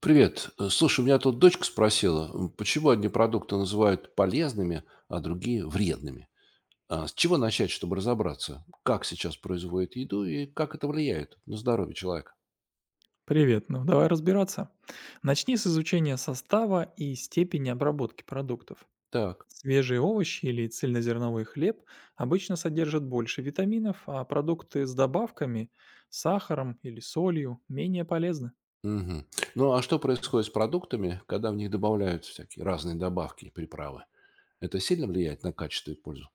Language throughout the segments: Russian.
Привет. Слушай, у меня тут дочка спросила, почему одни продукты называют полезными, а другие вредными. А с чего начать, чтобы разобраться, как сейчас производят еду и как это влияет на здоровье человека? Привет, ну давай разбираться. Начни с изучения состава и степени обработки продуктов. Так. Свежие овощи или цельнозерновой хлеб обычно содержат больше витаминов, а продукты с добавками, сахаром или солью менее полезны. Мгм. Ну а что происходит с продуктами, когда в них добавляют всякие разные добавки и приправы? Это сильно влияет на качество и пользу?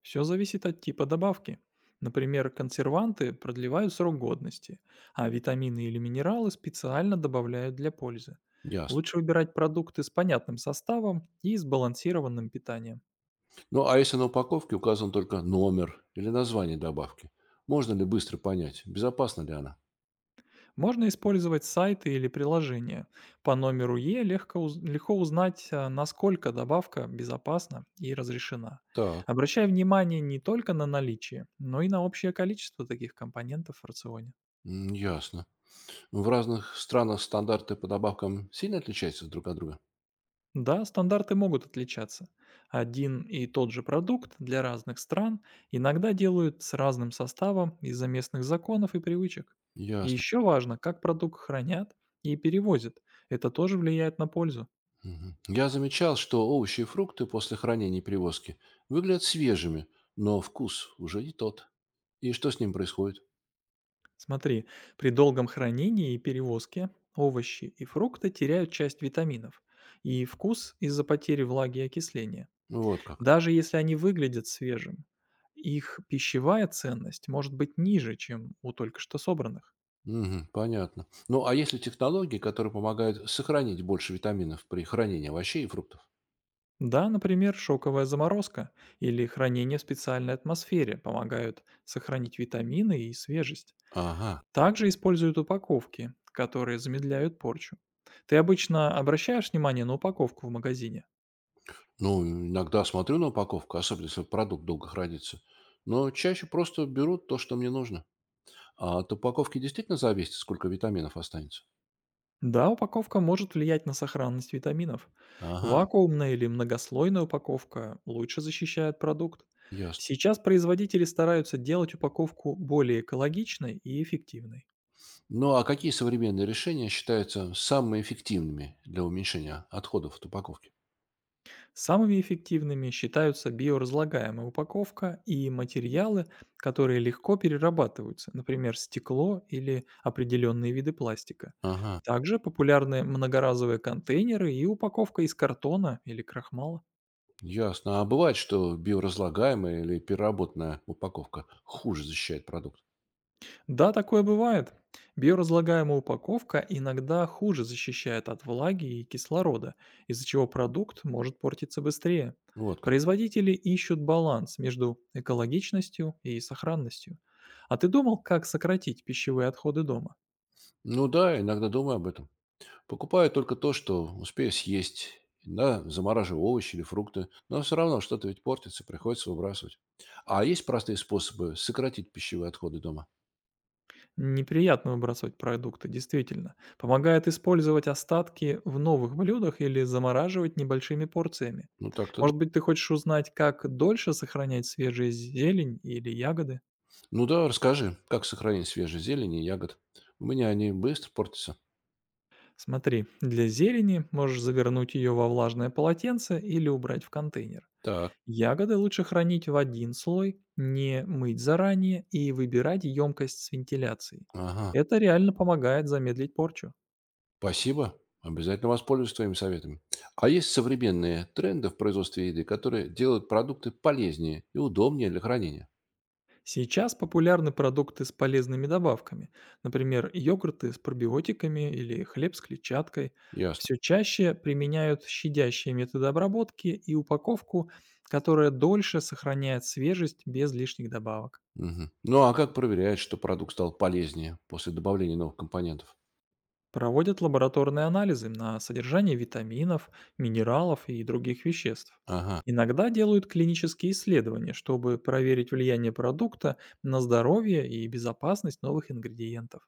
Все зависит от типа добавки. Например, консерванты продлевают срок годности, а витамины или минералы специально добавляют для пользы. Ясно. Лучше выбирать продукты с понятным составом и сбалансированным питанием. Ну а если на упаковке указан только номер или название добавки, можно ли быстро понять, безопасна ли она? Можно использовать сайты или приложения. По номеру Е легко узнать, а, насколько добавка безопасна и разрешена. Так, Обращай внимание не только на наличие, но и на общее количество таких компонентов в рационе. Ясно. В разных странах стандарты по добавкам сильно отличаются друг от друга? Да, стандарты могут отличаться. Один и тот же продукт для разных стран иногда делают с разным составом из-за местных законов и привычек. И Ясно. еще важно, как продукт хранят и перевозят. Это тоже влияет на пользу. Мгм. Я замечал, что овощи и фрукты после хранения и перевозки выглядят свежими, но вкус уже не тот. И что с ним происходит? Смотри, при долгом хранении и перевозке овощи и фрукты теряют часть витаминов и вкус из-за потери влаги и окисления. Вот как. Даже если они выглядят свежим, их пищевая ценность может быть ниже, чем у только что собранных. Мгм, понятно. Ну, а есть ли технологии, которые помогают сохранить больше витаминов при хранении овощей и фруктов? Да, например, шоковая заморозка или хранение в специальной атмосфере помогают сохранить витамины и свежесть. Ага. Также используют упаковки, которые замедляют порчу. Ты обычно обращаешь внимание на упаковку в магазине? Ну, иногда смотрю на упаковку, особенно если продукт долго хранится. Но чаще просто беру то, что мне нужно. А от упаковки действительно зависит, сколько витаминов останется? Да, упаковка может влиять на сохранность витаминов. Ага, Вакуумная или многослойная упаковка лучше защищает продукт. ясно. Сейчас производители стараются делать упаковку более экологичной и эффективной. Ну а какие современные решения считаются самыми эффективными для уменьшения отходов от упаковки? Самыми эффективными считаются биоразлагаемая упаковка и материалы, которые легко перерабатываются, например, стекло или определенные виды пластика. Ага, Также популярны многоразовые контейнеры и упаковка из картона или крахмала. ясно. А бывает, что биоразлагаемая или переработанная упаковка хуже защищает продукт? Да, такое бывает. Биоразлагаемая упаковка иногда хуже защищает от влаги и кислорода, из-за чего продукт может портиться быстрее. Вот как. Производители ищут баланс между экологичностью и сохранностью. А ты думал, как сократить пищевые отходы дома? Ну да, иногда думаю об этом. Покупаю только то, что успею съесть. Да, замораживаю овощи или фрукты, но все равно что-то ведь портится, приходится выбрасывать. А есть простые способы сократить пищевые отходы дома? Неприятно выбрасывать продукты, действительно. Помогает использовать остатки в новых блюдах или замораживать небольшими порциями. Ну так-то да. Может быть, ты хочешь узнать, как дольше сохранять свежие зелень или ягоды? Ну да, расскажи, как сохранить свежие зелени и ягод? У меня они быстро портятся. Смотри, для зелени можешь завернуть ее во влажное полотенце или убрать в контейнер. Так, Ягоды лучше хранить в один слой, не мыть заранее и выбирать емкость с вентиляцией. ага, Это реально помогает замедлить порчу. спасибо. Обязательно воспользуюсь твоими советами. А есть современные тренды в производстве еды, которые делают продукты полезнее и удобнее для хранения? Сейчас популярны продукты с полезными добавками, например, йогурты с пробиотиками или хлеб с клетчаткой. Ясно. Все чаще применяют щадящие методы обработки и упаковку, которая дольше сохраняет свежесть без лишних добавок. Мгм. Ну а как проверять, что продукт стал полезнее после добавления новых компонентов? Проводят лабораторные анализы на содержание витаминов, минералов и других веществ. Ага. Иногда делают клинические исследования, чтобы проверить влияние продукта на здоровье и безопасность новых ингредиентов.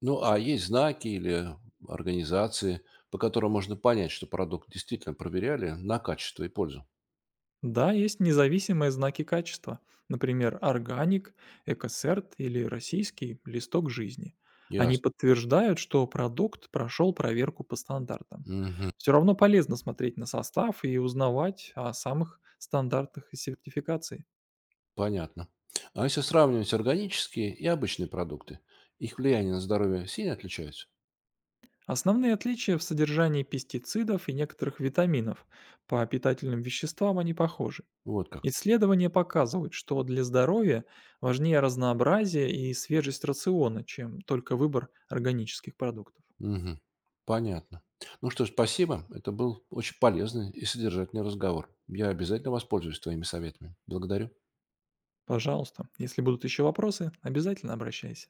Ну а есть знаки или организации, по которым можно понять, что продукт действительно проверяли на качество и пользу? Да, есть независимые знаки качества, например, органик, экосерт или российский листок жизни. Они Ясно. подтверждают, что продукт прошел проверку по стандартам. Мгм. Все равно полезно смотреть на состав и узнавать о самых стандартах и сертификации. Понятно. А если сравнивать органические и обычные продукты, их влияние на здоровье сильно отличаются? Основные отличия в содержании пестицидов и некоторых витаминов. По питательным веществам они похожи. Вот как. Исследования показывают, что для здоровья важнее разнообразие и свежесть рациона, чем только выбор органических продуктов. Мгм. Понятно. Ну что ж, спасибо. Это был очень полезный и содержательный разговор. Я обязательно воспользуюсь твоими советами. Благодарю. Пожалуйста, если будут еще вопросы, обязательно обращайся.